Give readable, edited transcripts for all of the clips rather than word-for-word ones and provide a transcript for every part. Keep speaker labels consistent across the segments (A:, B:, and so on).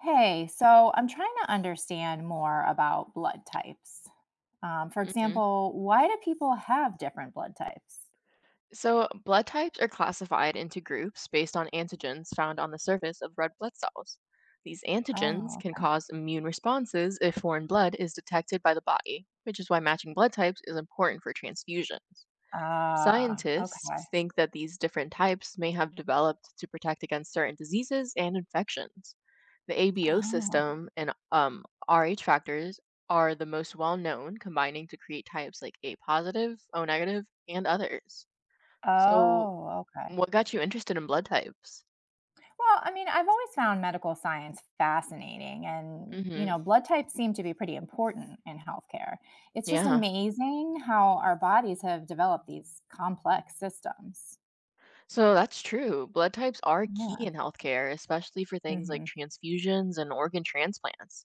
A: Hey, so I'm trying to understand more about blood types. For
B: Hmm.
A: example, why do people have different blood types?
B: So, blood types are classified into groups based on antigens found on the surface of red blood cells. These antigens
A: Oh,
B: can
A: okay.
B: cause immune responses if foreign blood is detected by the body, which is why matching blood types is important for transfusions.
A: Ah, okay.
B: Scientists think that these different types may have developed to protect against certain diseases and infections. The ABO
A: Oh,
B: system and Rh factors are the most well known, combining to create types like A positive, O negative, and others. So,
A: oh, okay.
B: what got you interested in blood types?
A: Well, I mean, I've always found medical science fascinating, and
B: Hmm.
A: blood types seem to be pretty important in healthcare. It's just
B: Yeah.
A: amazing how our bodies have developed these complex systems.
B: So that's true. Blood types are key
A: Yeah.
B: in healthcare, especially for things like
A: Hmm.
B: transfusions and organ transplants.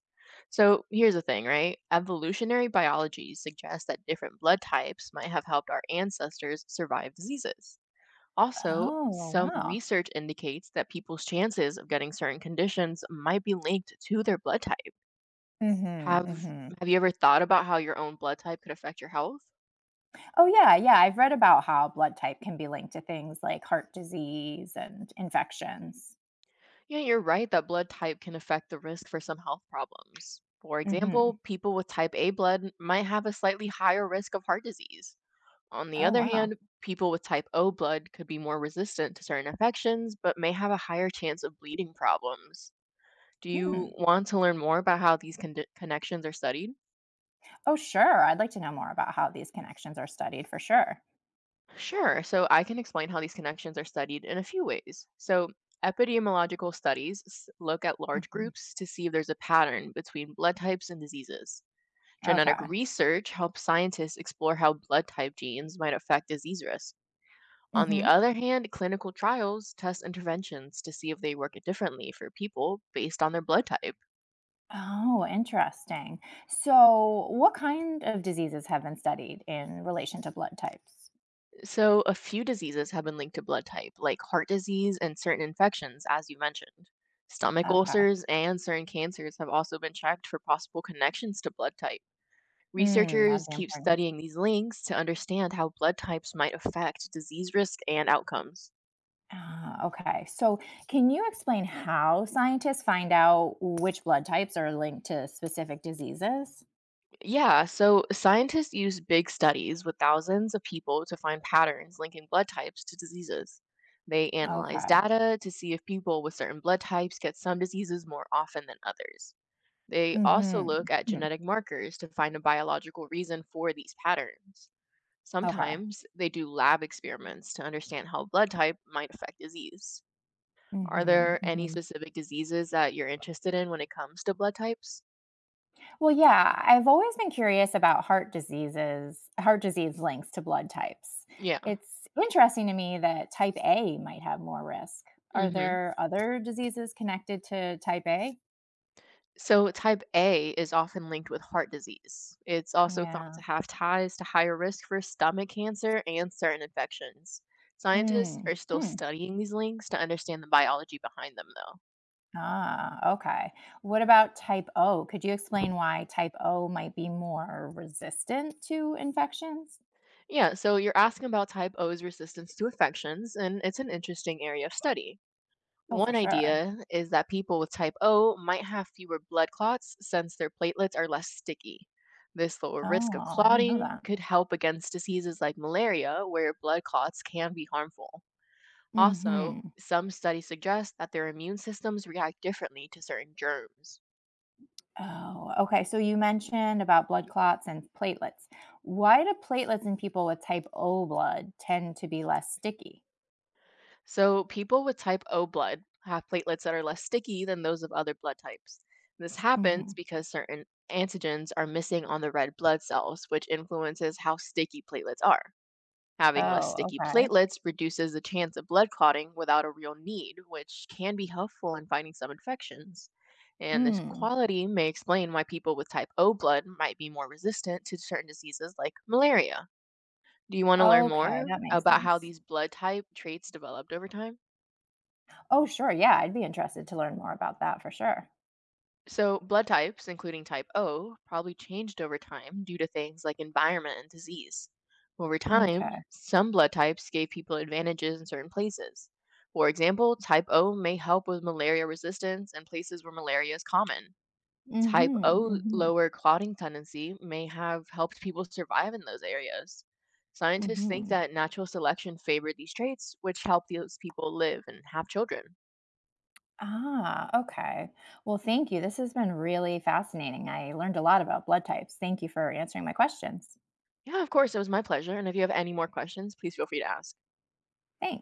B: So here's the thing, right? Evolutionary biology suggests that different blood types might have helped our ancestors survive diseases. Also,
A: Oh,
B: some
A: wow.
B: research indicates that people's chances of getting certain conditions might be linked to their blood type.
A: Hmm,
B: Have
A: hmm.
B: have you ever thought about how your own blood type could affect your health?
A: Oh, yeah, yeah, I've read about how blood type can be linked to things like heart disease and infections.
B: Yeah, you're right that blood type can affect the risk for some health problems. For
A: Hmm.
B: example, people with type A blood might have a slightly higher risk of heart disease. On the
A: Oh,
B: other
A: wow.
B: hand, people with type O blood could be more resistant to certain infections, but may have a higher chance of bleeding problems. Do you
A: Hmm.
B: want to learn more about how these connections are studied?
A: Oh, sure. I'd like to know more about how these connections are studied for sure.
B: Sure. So I can explain how these connections are studied in a few ways. So epidemiological studies look at large
A: Hmm.
B: groups to see if there's a pattern between blood types and diseases. Genetic
A: Okay.
B: research helps scientists explore how blood type genes might affect disease risk. On the
A: Hmm.
B: other hand, clinical trials test interventions to see if they work differently for people based on their blood type.
A: Oh, interesting. So, what kind of diseases have been studied in relation to blood types?
B: So, a few diseases have been linked to blood type, like heart disease and certain infections, as you mentioned. Stomach
A: Okay.
B: ulcers and certain cancers have also been checked for possible connections to blood type.
A: Mm, that'd
B: Researchers
A: be
B: keep
A: important.
B: studying these links to understand how blood types might affect disease risk and outcomes.
A: Ah, okay. So, can you explain how scientists find out which blood types are linked to specific diseases?
B: Yeah, so scientists use big studies with thousands of people to find patterns linking blood types to diseases. They analyze
A: Okay.
B: data to see if people with certain blood types get some diseases more often than others. They also
A: Mhm.
B: look at
A: Mhm.
B: genetic markers to find a biological reason for these patterns.
A: Okay.
B: Sometimes they do lab experiments to understand how blood type might affect disease. Are
A: Mhm.
B: there any
A: Mhm.
B: specific diseases that you're interested in when it comes to blood types?
A: Well, yeah, I've always been curious about heart diseases, heart disease links to blood types.
B: Yeah.
A: It's interesting to me that type A might have more risk. Are
B: Mhm.
A: there other diseases connected to type A?
B: So, type A is often linked with heart disease. It's also thought
A: Yeah.
B: to have ties to higher risk for stomach cancer and certain infections. Scientists
A: Mm.
B: are still
A: Mm.
B: studying these links to understand the biology behind them, though.
A: Ah, okay. What about type O? Could you explain why type O might be more resistant to infections?
B: Yeah, so you're asking about type O's resistance to infections, and it's an interesting area of study.
A: Oh, for
B: One
A: sure.
B: idea is that people with type O might have fewer blood clots since their platelets are less sticky. This lower
A: Oh,
B: risk of
A: I didn't know
B: clotting
A: that.
B: could help against diseases like malaria, where blood clots can be harmful. Also,
A: Mhm.
B: some studies suggest that their immune systems react differently to certain germs.
A: Oh, okay. So you mentioned about blood clots and platelets. Why do platelets in people with type O blood tend to be less sticky?
B: So, people with type O blood have platelets that are less sticky than those of other blood types. This
A: Hmm.
B: happens because certain antigens are missing on the red blood cells, which influences how sticky platelets are. Having less
A: Oh,
B: sticky
A: okay.
B: platelets reduces the chance of blood clotting without a real need, which can be helpful in fighting some infections. And this
A: Mm.
B: quality may explain why people with type O blood might be more resistant to certain diseases like malaria. Do you want to learn
A: Okay,
B: more
A: that makes
B: about how
A: sense.
B: these blood type traits developed over time?
A: Oh, sure. Yeah, I'd be interested to learn more about that for sure.
B: So, blood types, including type O, probably changed over time due to things like environment and disease. Over time,
A: Okay.
B: some blood types gave people advantages in certain places. For example, type O may help with malaria resistance in places where malaria is common.
A: Mhm.
B: Type O
A: Mhm.
B: lower clotting tendency may have helped people survive in those areas. Scientists think
A: Mhm.
B: that natural selection favored these traits, which helped those people live and have children.
A: Ah, okay. Well, thank you. This has been really fascinating. I learned a lot about blood types. Thank you for answering my questions.
B: Yeah, of course, it was my pleasure. And if you have any more questions, please feel free to ask.
A: Thanks.